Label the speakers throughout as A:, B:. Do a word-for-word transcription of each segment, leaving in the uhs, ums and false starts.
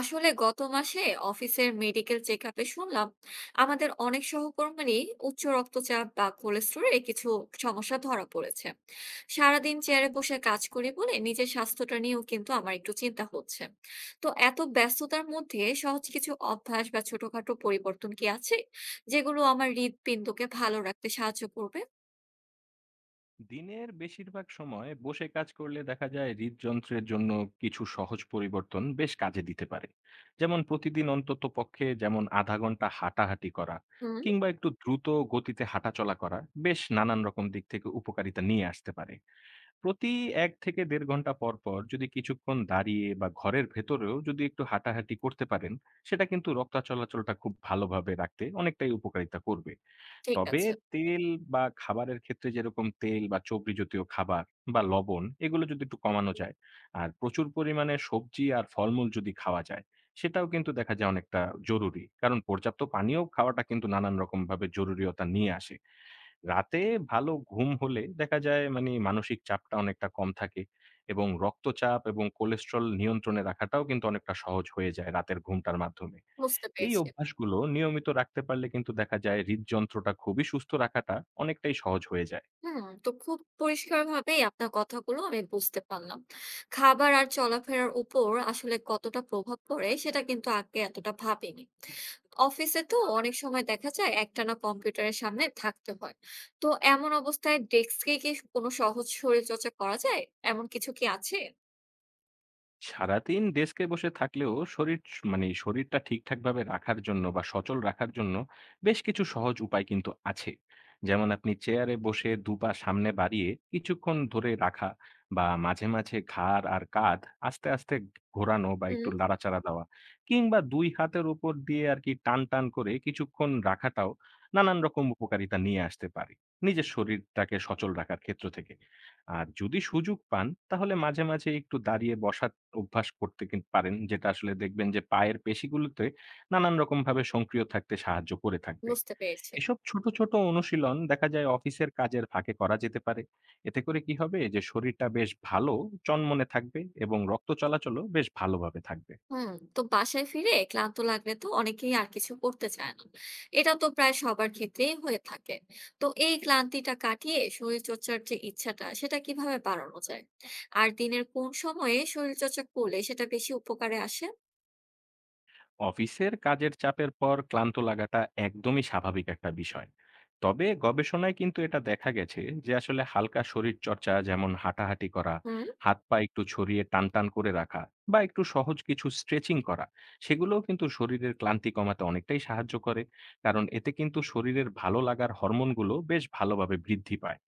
A: আসলে গত মাসে অফিসের মেডিকেল চেকআপে শুনলাম, আমাদের অনেক সহকর্মীরই উচ্চ রক্তচাপ বা কোলেস্টেরলে কিছু সমস্যা ধরা পড়েছে। সারাদিন চেয়ারে বসে কাজ করি বলে নিজের স্বাস্থ্যটা নিয়েও কিন্তু আমার একটু চিন্তা হচ্ছে। তো এত ব্যস্ততার মধ্যে সহজ কিছু অভ্যাস বা ছোটখাটো পরিবর্তন কি আছে, যেগুলো আমার হৃদপিণ্ডকে ভালো রাখতে সাহায্য করবে?
B: দিনের বেশিরভাগ সময় বসে কাজ করলে দেখা যায় হৃদযন্ত্রের জন্য কিছু সহজ পরিবর্তন বেশ কাজে দিতে পারে। যেমন প্রতিদিন অন্তত পক্ষে যেমন আধা ঘন্টা হাঁটাহাঁটি করা
A: হুম।
B: কিংবা একটু দ্রুত গতিতে হাঁটাচলা করা বেশ নানান রকম দিক থেকে উপকারিতা নিয়ে আসতে পারে। প্রতি এক থেকে দেড় ঘন্টা পর পর যদি কিছুক্ষণ দাঁড়িয়ে বা ঘরের ভেতরেও যদি একটু হাঁটাহাঁটি করতে পারেন, সেটা কিন্তু রক্ত চলাচলটা খুব ভালোভাবে রাখতে অনেকটাই উপকারিতা করবে।
A: ঠিক
B: তবে
A: আছে।
B: তেল বা খাবারের ক্ষেত্রে যেরকম তেল বা চর্বি জাতীয় খাবার বা লবণ এগুলো যদি একটু কমানো যায় আর প্রচুর পরিমাণে সবজি আর ফলমূল যদি খাওয়া যায়, সেটাও কিন্তু দেখা যায় অনেকটা জরুরি। কারণ পর্যাপ্ত পানীয় খাওয়াটা কিন্তু নানান রকম ভাবে জরুরিয়তা নিয়ে আসে। রাতে ভালো ঘুম হলে দেখা যায় মানে মানসিক চাপটা অনেকটা কম থাকে এবং রক্তচাপ এবং কোলেস্ট্রল নিয়ন্ত্রণে রাখাটাও কিন্তু অনেকটা সহজ হয়ে যায় রাতের ঘুমটার মাধ্যমে।
A: বুঝতে
B: এই
A: পেরেছি।
B: অভ্যাসগুলো নিয়মিত রাখতে পারলে কিন্তু দেখা যায় হৃদযন্ত্রটা খুবই সুস্থ রাখাটা অনেকটাই সহজ হয়ে যায়।
A: হুম, তো খুব পরিষ্কারভাবেই আপনার কথাগুলো আমি বুঝতে পারলাম। খাবার আর চলাফেরার উপর আসলে কতটা প্রভাব পড়ে সেটা কিন্তু আগে এতটা ভাবিনি। অফিসে তো অনেক সময় দেখা যায় একটানা কম্পিউটারের সামনে থাকতে হয়। তো এমন অবস্থায় ডেস্কে কি কোনো সহজ শরীরচর্চা করা যায়? এমন কিছু কি আছে?
B: সারাদিন ডেস্কে বসে থাকলেও শরীর স মানে শরীরটা ঠিকঠাকভাবে রাখার জন্য বা সচল রাখার জন্য বেশ কিছু সহজ উপায় কিন্তু আছে। যেমন আপনি চেয়ারে বসে দুই পা সামনে বাড়িয়ে কিছুক্ষণ ধরে রাখা বা মাঝে, মাঝে ঘাড় আর কাঁধ আস্তে, আস্তে ঘোরানো বা একটু
A: হুম।
B: নাড়াচাড়া দেওয়া কিংবা দুই হাতের উপর দিয়ে আরকি টান, টান করে কিছুক্ষণ রাখাটাও নানান রকম উপকারিতা নিয়ে আসতে পারে, নিজের শরীরটাকে সচল রাখার ক্ষেত্র থেকে। আর যদি সুযোগ পান তাহলে মাঝে, মাঝে একটু দাঁড়িয়ে বসার অভ্যাস করতে কিন পারেন। যেটা আসলে দেখবেন যে পায়ের পেশিগুলোতে নানান রকমভাবে সক্রিয় থাকতে সাহায্য করে থাকবে।
A: বুঝতে পেরেছি।
B: এসব ছোট, ছোট অনুশীলন দেখা যায় অফিসের কাজের ফাঁকে করা যেতে পারে। এতে করে কি হবে যে শরীরটা বেশ ভালো চনমনে থাকবে এবং রক্ত চলাচলও বেশ ভালোভাবে থাকবে।
A: হুম। তো বাসায় ফিরে ক্লান্ত লাগলে তো অনেকেই আর কিছু করতে চায় না, এটা তো প্রায় সবার ক্ষেত্রেই হয়ে থাকে। তো এই ক্লান্তিটা কাটিয়ে শরীর চর্চার যে ইচ্ছাটা, সেটা কিভাবে বাড়ানো যায়? আর দিনের কোন সময়ে শরীর চর্চা করলে সেটা বেশি উপকারে আসে?
B: অফিসের কাজের চাপের পর ক্লান্ত লাগাটা একদমই স্বাভাবিক একটা বিষয়। তবে গবেষণায় কিন্তু এটা দেখা গেছে যে আসলে হালকা শরীর চর্চা যেমন হাঁটাহাঁটি করা,
A: হুম।
B: হাত পা একটু ছড়িয়ে টান টান করে রাখা বা একটু সহজ কিছু স্ট্রেচিং করা, সেগুলোও কিন্তু শরীরের ক্লান্তি কমাতে অনেকটাই সাহায্য করে। কারণ এতে কিন্তু শরীরের ভালো লাগার হরমোনগুলো বেশ ভালোভাবে বৃদ্ধি পায়।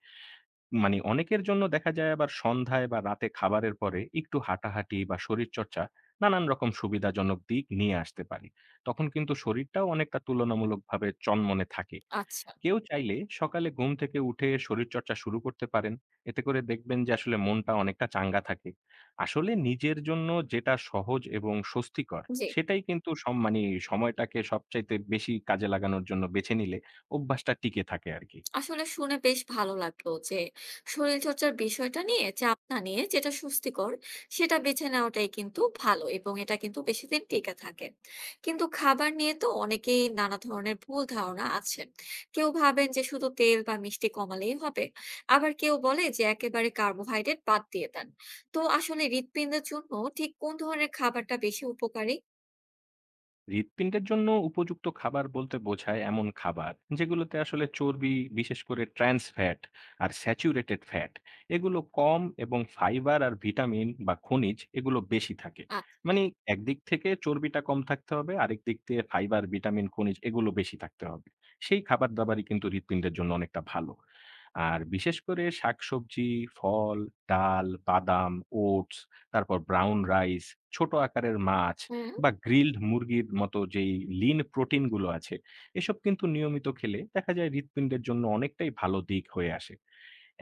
B: মানে অনেকের জন্য দেখা যায় আবার সন্ধ্যায় বা রাতে খাবারের পরে একটু হাঁটাহাঁটি বা শরীরচর্চা নানান রকম সুবিধাজনক দিক নিয়ে আসতে পারে। তখন কিন্তু শরীরটাও অনেকটা তুলনামূলকভাবে চনমনে থাকে।
A: আচ্ছা।
B: কেউ চাইলে সকালে ঘুম থেকে উঠে শরীরচর্চা শুরু করতে পারেন। এতে করে দেখবেন যে আসলে মনটা অনেকটা চাঙ্গা থাকে। আসলে নিজের জন্য যেটা সহজ এবং স্বস্তিকর
A: জি।
B: সেটাই কিন্তু সম- মানে সময়টাকে সবচাইতে বেশি কাজে লাগানোর জন্য বেছে নিলে অভ্যাসটা টিকে থাকে আর কি।
A: আসলে শুনে বেশ ভালো লাগলো যে শরীরচর্চার বিষয়টা নিয়ে চাপ না নিয়ে যেটা স্বস্তিকর সেটা বেছে নেওয়াটাই কিন্তু ভালো, এবং এটা কিন্তু বেশি দিন টিকে থাকে। কিন্তু খাবার নিয়ে তো অনেকেই নানা ধরনের ভুল ধারণা আছে। কেউ ভাবেন যে শুধু তেল বা মিষ্টি কমালেই হবে, আবার কেউ বলে যে একেবারে কার্বোহাইড্রেট বাদ দিয়ে দেন। তো আসলে হৃৎপিণ্ডের জন্য ঠিক কোন ধরনের খাবারটা বেশি উপকারী?
B: হৃৎপিণ্ডের জন্য উপযুক্ত খাবার বলতে বোঝায় এমন খাবার যেগুলোতে আসলে চর্বি, বিশেষ করে ট্রান্স ফ্যাট আর স্যাচুরেটেড ফ্যাট এগুলো কম এবং ফাইবার আর ভিটামিন বা খনিজ এগুলো বেশি থাকে।
A: আচ্ছা।
B: মানে একদিক থেকে চর্বিটা কম থাকতে হবে, আরেক দিক থেকে ফাইবার ভিটামিন খনিজ এগুলো বেশি থাকতে হবে। সেই খাবার দাবারই কিন্তু হৃৎপিণ্ডের জন্য অনেকটা ভালো। আর বিশেষ করে শাকসবজি, ফল, ডাল বাদাম, ওটস, তারপর ব্রাউন রাইস, ছোট আকারের মাছ
A: হুম।
B: বা গ্রিলড মুরগির মতো যেই লিন প্রোটিন গুলো আছে, এসব কিন্তু নিয়মিত খেলে দেখা যায় হৃৎপিণ্ডের জন্য অনেকটাই ভালো দিক হয়ে আসে।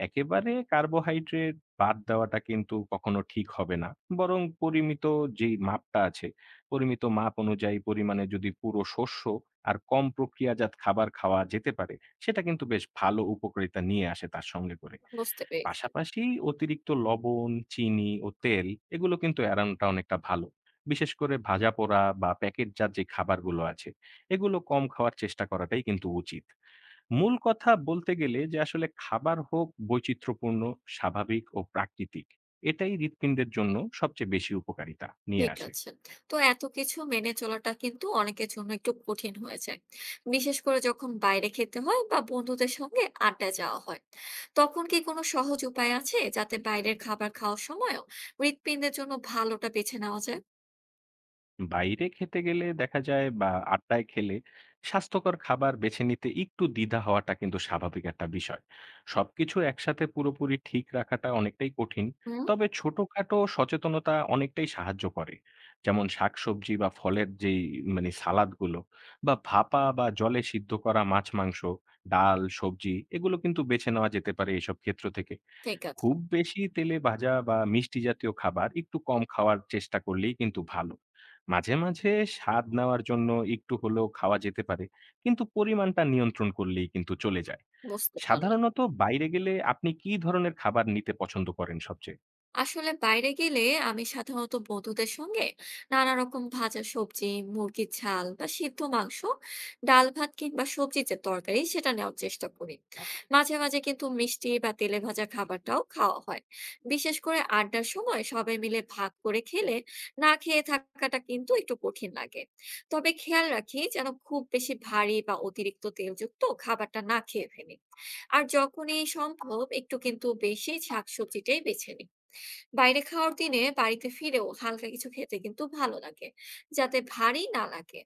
B: একেবারে কার্বোহাইড্রেট বাদ দেওয়াটা কিন্তু কখনো ঠিক হবে না। বরং পরিমিত যেই মাপটা আছে, পরিমিত মাপ অনুযায়ী পরিমাণে যদি পুরো শস্য আর কম প্রক্রিয়াজাত খাবার খাওয়া যেতে পারে, সেটা কিন্তু বেশ ভালো উপকারিতা নিয়ে আসে তার সঙ্গে করে।
A: বুঝতে পেরেছি।
B: পাশাপাশি অতিরিক্ত লবণ, চিনি ও তেল এগুলো কিন্তু এড়ানোটা অনেকটা ভালো। বিশেষ করে ভাজা পোড়া বা প্যাকেটজাত যে খাবারগুলো আছে, এগুলো কম খাওয়ার চেষ্টা করাটাই কিন্তু উচিত। মূল কথা বলতে গেলে যে আসলে খাবার হোক বৈচিত্র্যপূর্ণ, স্বাভাবিক ও প্রাকৃতিক। এটাই হৃৎপিণ্ডের জন্য সবচেয়ে বেশি উপকারিতা নিয়ে
A: ঠিক
B: আসে।
A: আছে। তো এত কিছু মেনে চলাটা কিন্তু অনেকের জন্য একটু কঠিন হয়ে যায়, বিশেষ করে যখন বাইরে খেতে হয় বা বন্ধুদের সঙ্গে আড্ডায় যাওয়া হয়। তখন কি কোনো সহজ উপায় আছে যাতে বাইরের খাবার খাওয়ার সময়ও হৃৎপিণ্ডের জন্য ভালোটা বেছে নেওয়া যায়?
B: বাইরে খেতে গেলে দেখা যায় বা আড্ডায় খেলে স্বাস্থ্যকর খাবার বেছে নিতে একটু দ্বিধা হওয়াটা কিন্তু স্বাভাবিক একটা বিষয়। সবকিছু একসাথে পুরোপুরি ঠিক রাখাটা অনেকটাই কঠিন।
A: হুম।
B: তবে ছোটখাটো সচেতনতা অনেকটাই সাহায্য করে। যেমন শাকসবজি বা ফলের যেই মানে সালাদগুলো বা ভাপা বা জলে সিদ্ধ করা মাছ মাংস, ডাল সবজি এগুলো কিন্তু বেছে নেওয়া যেতে পারে এইসব ক্ষেত্র থেকে।
A: ঠিক আছে।
B: খুব বেশি তেলে ভাজা বা মিষ্টি জাতীয় খাবার একটু কম খাওয়ার চেষ্টা করলেই কিন্তু ভালো। মাঝে, মাঝে স্বাদ নেওয়ার জন্য একটু হলেও খাওয়া যেতে পারে। কিন্তু পরিমাণটা নিয়ন্ত্রণ করলেই কিন্তু চলে যায়।
A: বুঝতে পারলাম।
B: সাধারণত বাইরে গেলে আপনি কি ধরনের খাবার নিতে পছন্দ করেন সবচেয়ে?
A: আসলে বাইরে গেলে আমি সাধারণত বন্ধুদের সঙ্গে নানা রকম ভাজা সবজি, মুরগির ঝাল বা সিদ্ধ মাংস, ডাল ভাত কিংবা সবজি যে তরকারি সেটা নেওয়ার চেষ্টা করি। মাঝে মাঝে কিন্তু মিষ্টি বা তেলে ভাজা খাবারটাও খাওয়া হয়, বিশেষ করে আড্ডার সময় সবাই মিলে ভাগ করে খেলে না খেয়ে থাকাটা কিন্তু একটু কঠিন লাগে। তবে খেয়াল রাখি যেন খুব বেশি ভারী বা অতিরিক্ত তেলযুক্ত খাবারটা না খেয়ে ফেলি। আর যখনই সম্ভব একটু কিন্তু বেশি শাকসবজিটাই বেছে নিই। বাইরে খাওয়ার দিনে বাড়িতে ফিরেও হালকা কিছু খেতে কিন্তু ভালো লাগে, যাতে ভারী না লাগে।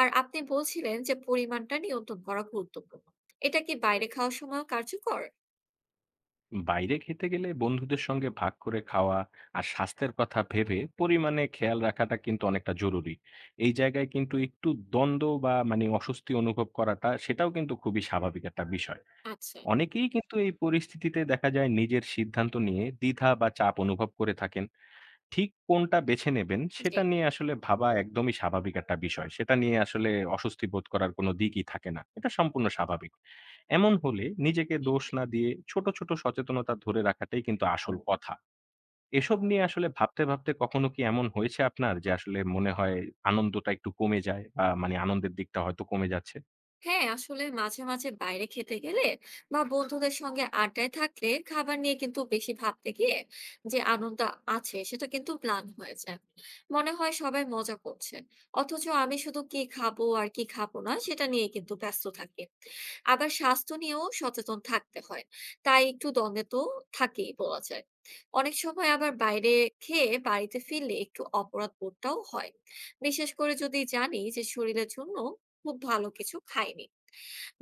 A: আর আপনি বলছিলেন যে পরিমাণটা নিয়ন্ত্রণ করা গুরুত্বপূর্ণ, এটা কি বাইরে খাওয়ার সময়ও কার্যকর?
B: বাইরে খেতে গেলে বন্ধুদের সঙ্গে ভাগ করে খাওয়া আর স্বাস্থ্যের কথা ভেবে পরিমাণে খেয়াল রাখাটা কিন্তু অনেকটা জরুরি। এই জায়গায় কিন্তু একটু দ্বন্দ্ব বা মানে অস্বস্তি অনুভব করাটা সেটাও কিন্তু খুবই স্বাভাবিক একটা বিষয়।
A: আচ্ছা।
B: অনেকেই কিন্তু এই পরিস্থিতিতে দেখা যায় নিজের সিদ্ধান্ত নিয়ে দ্বিধা বা চাপ অনুভব করে থাকেন। ঠিক কোনটা বেছে নেবেন
A: জি।
B: সেটা নিয়ে আসলে ভাবা একদমই স্বাভাবিক একটা বিষয়। সেটা নিয়ে আসলে অস্বস্তি বোধ করার কোনো দিকই থাকে না। এটা সম্পূর্ণ স্বাভাবিক। এমন হলে নিজেকে দোষ না দিয়ে ছোট, ছোট সচেতনতা ধরে রাখাটাই কিন্তু আসল কথা। এসব নিয়ে আসলে ভাবতে, ভাবতে কখনো কি এমন হয়েছে আপনার যে আসলে মনে হয় আনন্দটা একটু কমে যায় বা মানে আনন্দের দিকটা হয়তো কমে যাচ্ছে?
A: হ্যাঁ, আসলে মাঝে মাঝে বাইরে খেতে গেলে বা বন্ধুদের সঙ্গে আড্ডায় থাকলে খাবার নিয়ে কিন্তু বেশি ভাবতে গিয়ে যে আনন্দ আছে সেটা কিন্তু প্ল্যান হয়ে যায়। মনে হয় সবাই মজা করছে, অথচ আমি শুধু কি খাবো আর কি খাবো না সেটা নিয়ে কিন্তু ব্যস্ত থাকি। আবার স্বাস্থ্য নিয়েও সচেতন থাকতে হয়, তাই একটু দ্বন্দ্বে তো থাকেই বলা যায়। অনেক সময় আবার বাইরে খেয়ে বাড়িতে ফিরলে একটু অপরাধ বোধটাও হয়, বিশেষ করে যদি জানি যে শরীরের জন্য খুব ভালো কিছু খাইনি।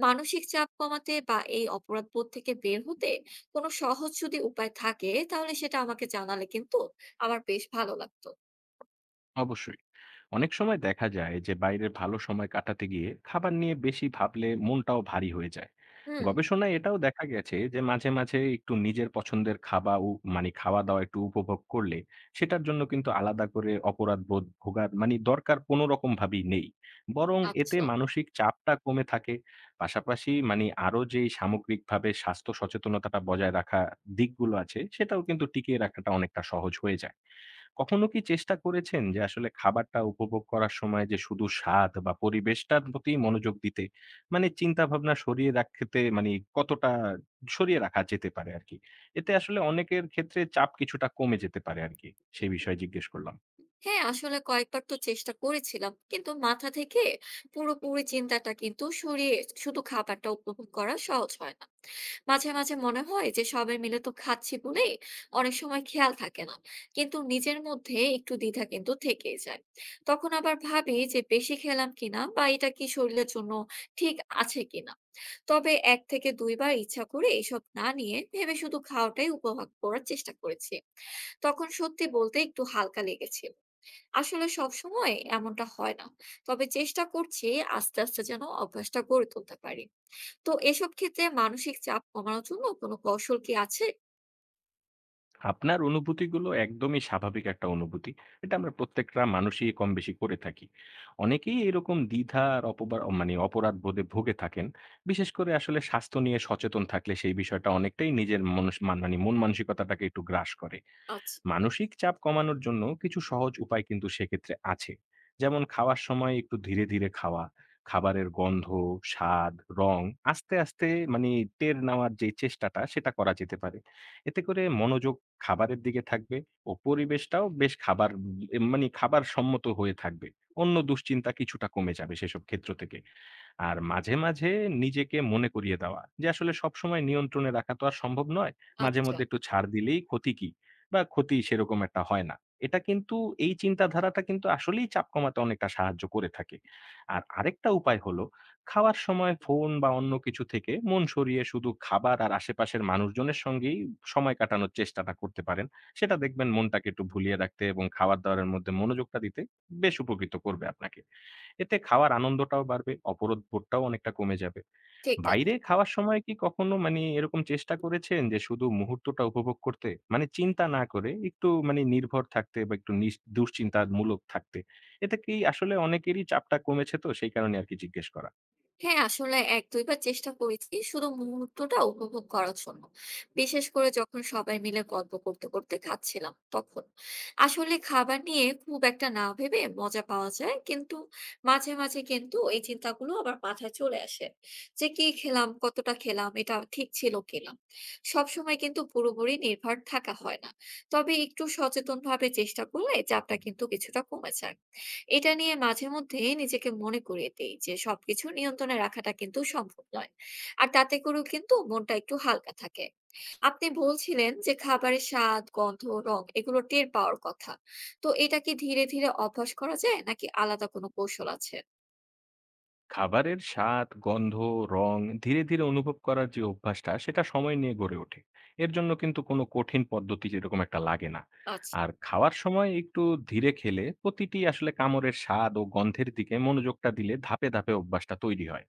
A: মানসিক চাপ কমাতে বা এই অপরাধবোধ থেকে বের হতে কোনো সহজ যদি উপায় থাকে তাহলে সেটা আমাকে জানালে কিন্তু আমার বেশ ভালো লাগতো।
B: অবশ্যই। অনেক সময় দেখা যায় যে বাইরে ভালো সময় কাটাতে গিয়ে খাবার নিয়ে বেশি ভাবলে মনটাও ভারী হয়ে যায়।
A: হুম।
B: গবেষণায় এটাও দেখা গেছে যে মাঝে মাঝে একটু নিজের পছন্দের খাবার ও মানে খাওয়া দাওয়া একটু উপভোগ করলে সেটার জন্য কিন্তু আলাদা করে অপরাধ বোধ ভোগার মানে দরকার কোনো রকম ভাবেই নেই। বরং এতে
A: আচ্ছা।
B: মানসিক চাপটা কমে থাকে। পাশাপাশি মানে আরো যে সামগ্রিকভাবে স্বাস্থ্য সচেতনতাটা বজায় রাখা দিকগুলো আছে সেটাও কিন্তু টিকিয়ে রাখাটা অনেকটা সহজ হয়ে যায়। কখনো কি চেষ্টা করেছেন যে আসলে খাবারটা উপভোগ করার সময় যে শুধু স্বাদ বা পরিবেশটার প্রতি মনোযোগ দিতে, মানে চিন্তা ভাবনা সরিয়ে রাখতে মানে কতটা সরিয়ে রাখা যেতে পারে আরকি? এতে আসলে অনেকের ক্ষেত্রে চাপ কিছুটা কমে যেতে পারে আরকি। সেই বিষয়ে জিজ্ঞেস করলাম।
A: হ্যাঁ, আসলে কয়েকবার তো চেষ্টা করেছিলাম, কিন্তু মাথা থেকে পুরোপুরি চিন্তাটা কিন্তু সরিয়ে শুধু খাবারটা উপভোগ করা সহজ হয় না। মাঝে মাঝে মনে হয় যে সবাই মিলে তো খাচ্ছি বলে অনেক সময় খেয়াল থাকে না, কিন্তু নিজের মধ্যে একটু দ্বিধা কিন্তু থেকেই যায়। তখন আবার ভাবি যে বেশি খেলাম কিনা, বা এটা কি শরীরের জন্য ঠিক আছে কিনা। তবে এক থেকে দুইবার ইচ্ছা করে এসব না নিয়ে ভেবে শুধু খাওয়াটাই উপভোগ করার চেষ্টা করেছি, তখন সত্যি বলতে একটু হালকা লেগেছিল। আসলে সবসময় এমনটা হয় না, তবে চেষ্টা করছি আস্তে, আস্তে যেন অভ্যাসটা গড়ে তুলতে পারি। তো এসব ক্ষেত্রে মানসিক চাপ কমানোর জন্য কোনো কৌশল কি আছে?
B: আপনার অনুভূতিগুলো একদমই স্বাভাবিক একটা অনুভূতি। এটা আমরা প্রত্যেকটা মানুষই কম বেশি করে থাকি। অনেকেই এরকম দ্বিধা আর অপবা মানে অপরাধ বোধে ভুগে থাকেন। বিশেষ করে আসলে স্বাস্থ্য নিয়ে সচেতন থাকলে সেই বিষয়টা অনেকটাই নিজের মনস মান মানে মন মানসিকতাটাকে একটু গ্রাস করে।
A: আচ্ছা,
B: মানসিক চাপ কমানোর জন্য কিছু সহজ উপায় কিন্তু সেক্ষেত্রে আছে। যেমন খাওয়ার সময় একটু ধীরে ধীরে খাওয়া, খাবারের গন্ধ, স্বাদ, রং আস্তে আস্তে মানে টের নেওয়ার যে চেষ্টাটা সেটা করা যেতে পারে। এতে করে মনোযোগ খাবারের দিকে থাকবে ও পরিবেশটাও বেশ খাবার উম, মানে খাবার সম্মত হয়ে থাকবে, অন্য দুশ্চিন্তা কিছুটা কমে যাবে সেসব ক্ষেত্র থেকে। আর মাঝে, মাঝে নিজেকে মনে করিয়ে দেওয়া যে আসলে সবসময় নিয়ন্ত্রণে রাখা তো আর সম্ভব নয়। মাঝে
A: আচ্ছা।
B: মধ্যে একটু ছাড় দিলেই ক্ষতি কি? বা ক্ষতি সেরকম একটা হয় না। এটা কিন্তু এই চিন্তাধারাটা কিন্তু আসলেই চাপ কমাতে অনেকটা সাহায্য করে থাকে। আর আরেকটা উপায় হলো খাওয়ার সময় ফোন বা অন্য কিছু থেকে মন সরিয়ে শুধু খাবার আর আশেপাশের মানুষজনের সঙ্গেই সময় কাটানোর চেষ্টাটা করতে পারেন। সেটা দেখবেন মনটাকে একটু ভুলিয়ে রাখতে এবং খাবার-দাবারের মধ্যে মনোযোগটা দিতে বেশ উপকৃত করবে আপনাকে। এতে খাওয়ার আনন্দটাও বাড়বে, অপরাধ বোধটাও অনেকটা কমে যাবে।
A: ঠিক
B: বাইরে
A: আছে।
B: খাওয়ার সময় কি কখনো মানে এরকম চেষ্টা করেছেন যে শুধু মুহূর্তটা উপভোগ করতে? মানে চিন্তা না করে একটু মানে নির্ভর থাকতে বা একটু নিস দুশ্চিন্তামূলক থাকতে। এতে কি আসলে অনেকেরই চাপটা কমেছে তো সেই কারণে আরকি জিজ্ঞেস করা।
A: হ্যাঁ, আসলে এক দুইবার চেষ্টা করেছি শুধু মুহূর্তটা উপভোগ করার জন্য, বিশেষ করে যখন সবাই মিলে গল্প করতে করতে খাচ্ছিলাম তখন। আসলে খাবার নিয়ে খুব একটা না ভেবে মজা পাওয়া যায়, কিন্তু মাঝে মাঝে কিন্তু এই চিন্তাগুলো আবার মাথায় চলে আসে যে কি খেলাম, কতটা খেলাম, এটা ঠিক ছিল কিনা। সবসময় কিন্তু পুরোপুরি নির্ভর থাকা হয় না, তবে একটু সচেতন ভাবে চেষ্টা করলে চাপটা কিন্তু কিছুটা কমে যায়। এটা নিয়ে মাঝে মধ্যে নিজেকে মনে করিয়ে দেই যে সবকিছু নিয়ন্ত্রণে রাখাটা কিন্তু সম্ভব নয়, আর তাতে করেও কিন্তু মনটা একটু হালকা থাকে। আপনি বলছিলেন যে খাবারের স্বাদ, গন্ধ, রং এগুলো টের পাওয়ার কথা। তো এটা কি ধীরে ধীরে অভ্যাস করা যায় নাকি আলাদা কোনো কৌশল আছে?
B: খাবারের স্বাদ, গন্ধ, রং ধীরে, ধীরে অনুভব করার যে অভ্যাসটা সেটা সময় নিয়ে গড়ে ওঠে। এর জন্য কিন্তু কোনো কঠিন পদ্ধতি যেরকম একটা লাগে না।
A: আচ্ছা।
B: আর খাওয়ার সময় একটু ধীরে খেলে প্রতিটি আসলে কামড়ের স্বাদ ও গন্ধের দিকে মনোযোগটা দিলে ধাপে, ধাপে অভ্যাসটা তৈরি হয়।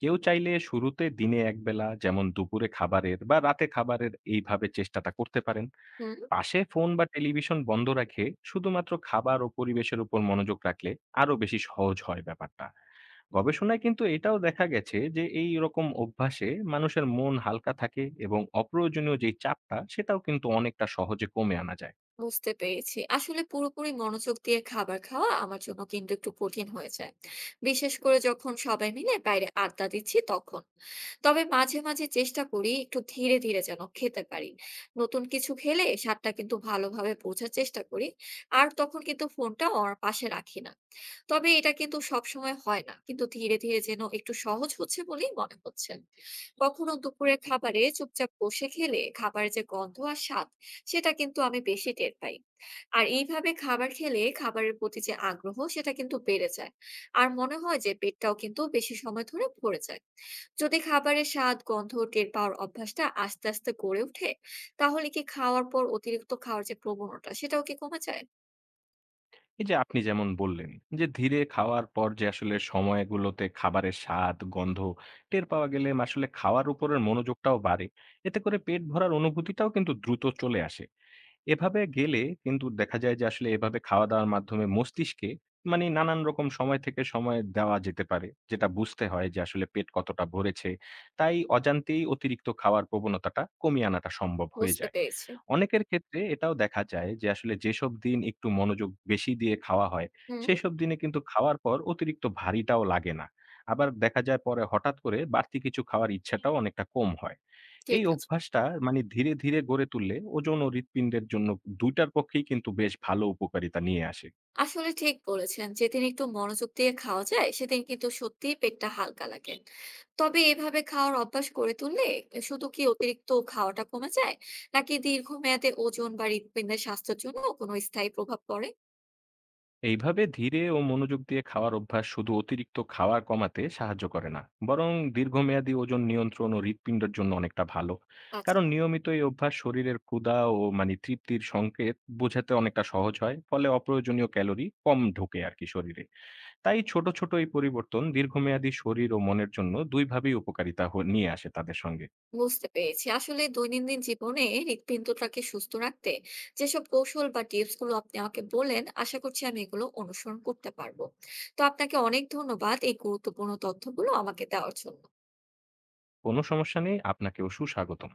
B: কেউ চাইলে শুরুতে দিনে একবেলা যেমন দুপুরে খাবারের বা রাতে খাবারের এইভাবে চেষ্টাটা করতে পারেন।
A: হুম।
B: পাশে ফোন বা টেলিভিশন বন্ধ রেখে শুধুমাত্র খাবার ও পরিবেশের উপর মনোযোগ রাখলে আরো বেশি সহজ হয় ব্যাপারটা। গবেষণায় কিন্তু এটাও দেখা গেছে যে এই রকম অভ্যাসে মানুষের মন হালকা থাকে এবং অপ্রয়োজনীয় যেই চাপটা সেটাও কিন্তু অনেকটা সহজে কমে আনা যায়।
A: বুঝতে পেরেছি। আসলে পুরোপুরি মনোযোগ দিয়ে খাবার খাওয়া আমার জন্য কিন্তু একটু কঠিন হয়ে যায়, বিশেষ করে যখন সবাই মিলে বাইরে আড্ডা দিচ্ছি তখন। তবে মাঝে, মাঝে চেষ্টা করি একটু ধীরে, ধীরে যেন খেতে পারি। নতুন কিছু খেলে স্বাদটা কিন্তু ভালোভাবে বোঝার চেষ্টা করি, আর তখন কিন্তু ফোনটা আমার পাশে রাখি না। তবে এটা কিন্তু সবসময় হয় না, কিন্তু ধীরে, ধীরে যেন একটু সহজ হচ্ছে বলেই মনে হচ্ছে। কখনো দুপুরের খাবারে চুপচাপ বসে খেলে খাবারের যে গন্ধ আর স্বাদ সেটা কিন্তু আমি বেশি টের পাই। আর এইভাবে খাবার খেলে খাবারের প্রতি যে আগ্রহ সেটা কিন্তু বেড়ে যায়। আর মনে হয় যে পেটটাও কিন্তু বেশি সময় ধরে ভরে যায়। যদি খাবারের স্বাদ, গন্ধ টের পাওয়ার অভ্যাসটা আস্তে আস্তে গড়ে ওঠে, তাহলে কি খাওয়ার পর অতিরিক্ত খাওয়ার যে প্রবণতা সেটাও কি কমে যায়?
B: এই যে আপনি যেমন বললেন যে ধীরে খাওয়ার পর যে আসলে সময়গুলোতে খাবারের স্বাদ, গন্ধ টের পাওয়া গেলে আসলে খাওয়ার উপরের মনোযোগটাও বাড়ে। এতে করে পেট ভরার অনুভূতিটাও কিন্তু দ্রুত চলে আসে। এভাবে গেলে কিন্তু দেখা যায় যে আসলে এভাবে খাওয়া-দাওয়ার মাধ্যমে মস্তিষ্কে মানে নানান রকম সময় থেকে সময় দেওয়া যেতে পারে, যেটা বুঝতে হয় যে আসলে পেট কতটা ভরেছে। তাই অজান্তেই অতিরিক্ত খাওয়ার প্রবণতাটা কমিয়ে আনাটা সম্ভব হয়ে
A: বুঝতে
B: যায়।
A: পেরেছি।
B: অনেকের ক্ষেত্রে এটাও দেখা যায় যে আসলে যেসব দিন একটু মনোযোগ বেশি দিয়ে খাওয়া হয়,
A: হুম।
B: সেসব দিনে কিন্তু খাওয়ার পর অতিরিক্ত ভারীটাও লাগে না। আবার দেখা যায় পরে হঠাৎ করে বাড়তি কিছু খাওয়ার ইচ্ছাটাও অনেকটা কম হয়। এই
A: ঠিক আছে।
B: অভ্যাসটা মানে ধীরে, ধীরে গড়ে তুললে ওজন ও হৃৎপিণ্ডের জন্য দুই টার পক্ষেই কিন্তু বেশ ভালো উপকারিতা নিয়ে আসে।
A: আসলে ঠিক বলেছেন। যেদিন একটু মনোযোগ দিয়ে খাওয়া যায় সেদিন কিন্তু সত্যিই পেটটা হালকা লাগে। তবে এভাবে খাওয়ার অভ্যাস গড়ে তুললে শুধু কি অতিরিক্ত খাওয়াটা কমে যায়, নাকি দীর্ঘমেয়াদে ওজন বা হৃৎপিণ্ডের স্বাস্থ্যের জন্য কোনো স্থায়ী প্রভাব পড়ে?
B: এইভাবে ধীরে ও মনোযোগ দিয়ে খাওয়ার অভ্যাস শুধু অতিরিক্ত খাওয়া কমাতে সাহায্য করে না, বরং দীর্ঘমেয়াদী ওজন নিয়ন্ত্রণ ও হৃৎপিণ্ডের জন্য অনেকটা ভালো।
A: আচ্ছা।
B: কারণ নিয়মিত এই অভ্যাস শরীরের ক্ষুধা ও মানে তৃপ্তির সংকেত বোঝাতে অনেকটা সহজ হয়, ফলে অপ্রয়োজনীয় ক্যালোরি কম ঢোকে আর কি শরীরে। তাই ছোট ছোট এই পরিবর্তন দীর্ঘমেয়াদী শরীর ও মনের জন্য দুইভাবেই উপকারিতা হ- নিয়ে আসে তাদের সঙ্গে।
A: বুঝতে পেরেছি। আসলে দৈনন্দিন জীবনে হৃৎপিণ্ডটাকে সুস্থ রাখতে যেসব কৌশল বা টিপস গুলো আপনি আমাকে বললেন, আশা করছি আমি এগুলো অনুসরণ করতে পারবো। তো আপনাকে অনেক ধন্যবাদ এই গুরুত্বপূর্ণ তথ্যগুলো আমাকে দেওয়ার জন্য।
B: কোনো সমস্যা নেই, আপনাকেও সুস্বাগতম।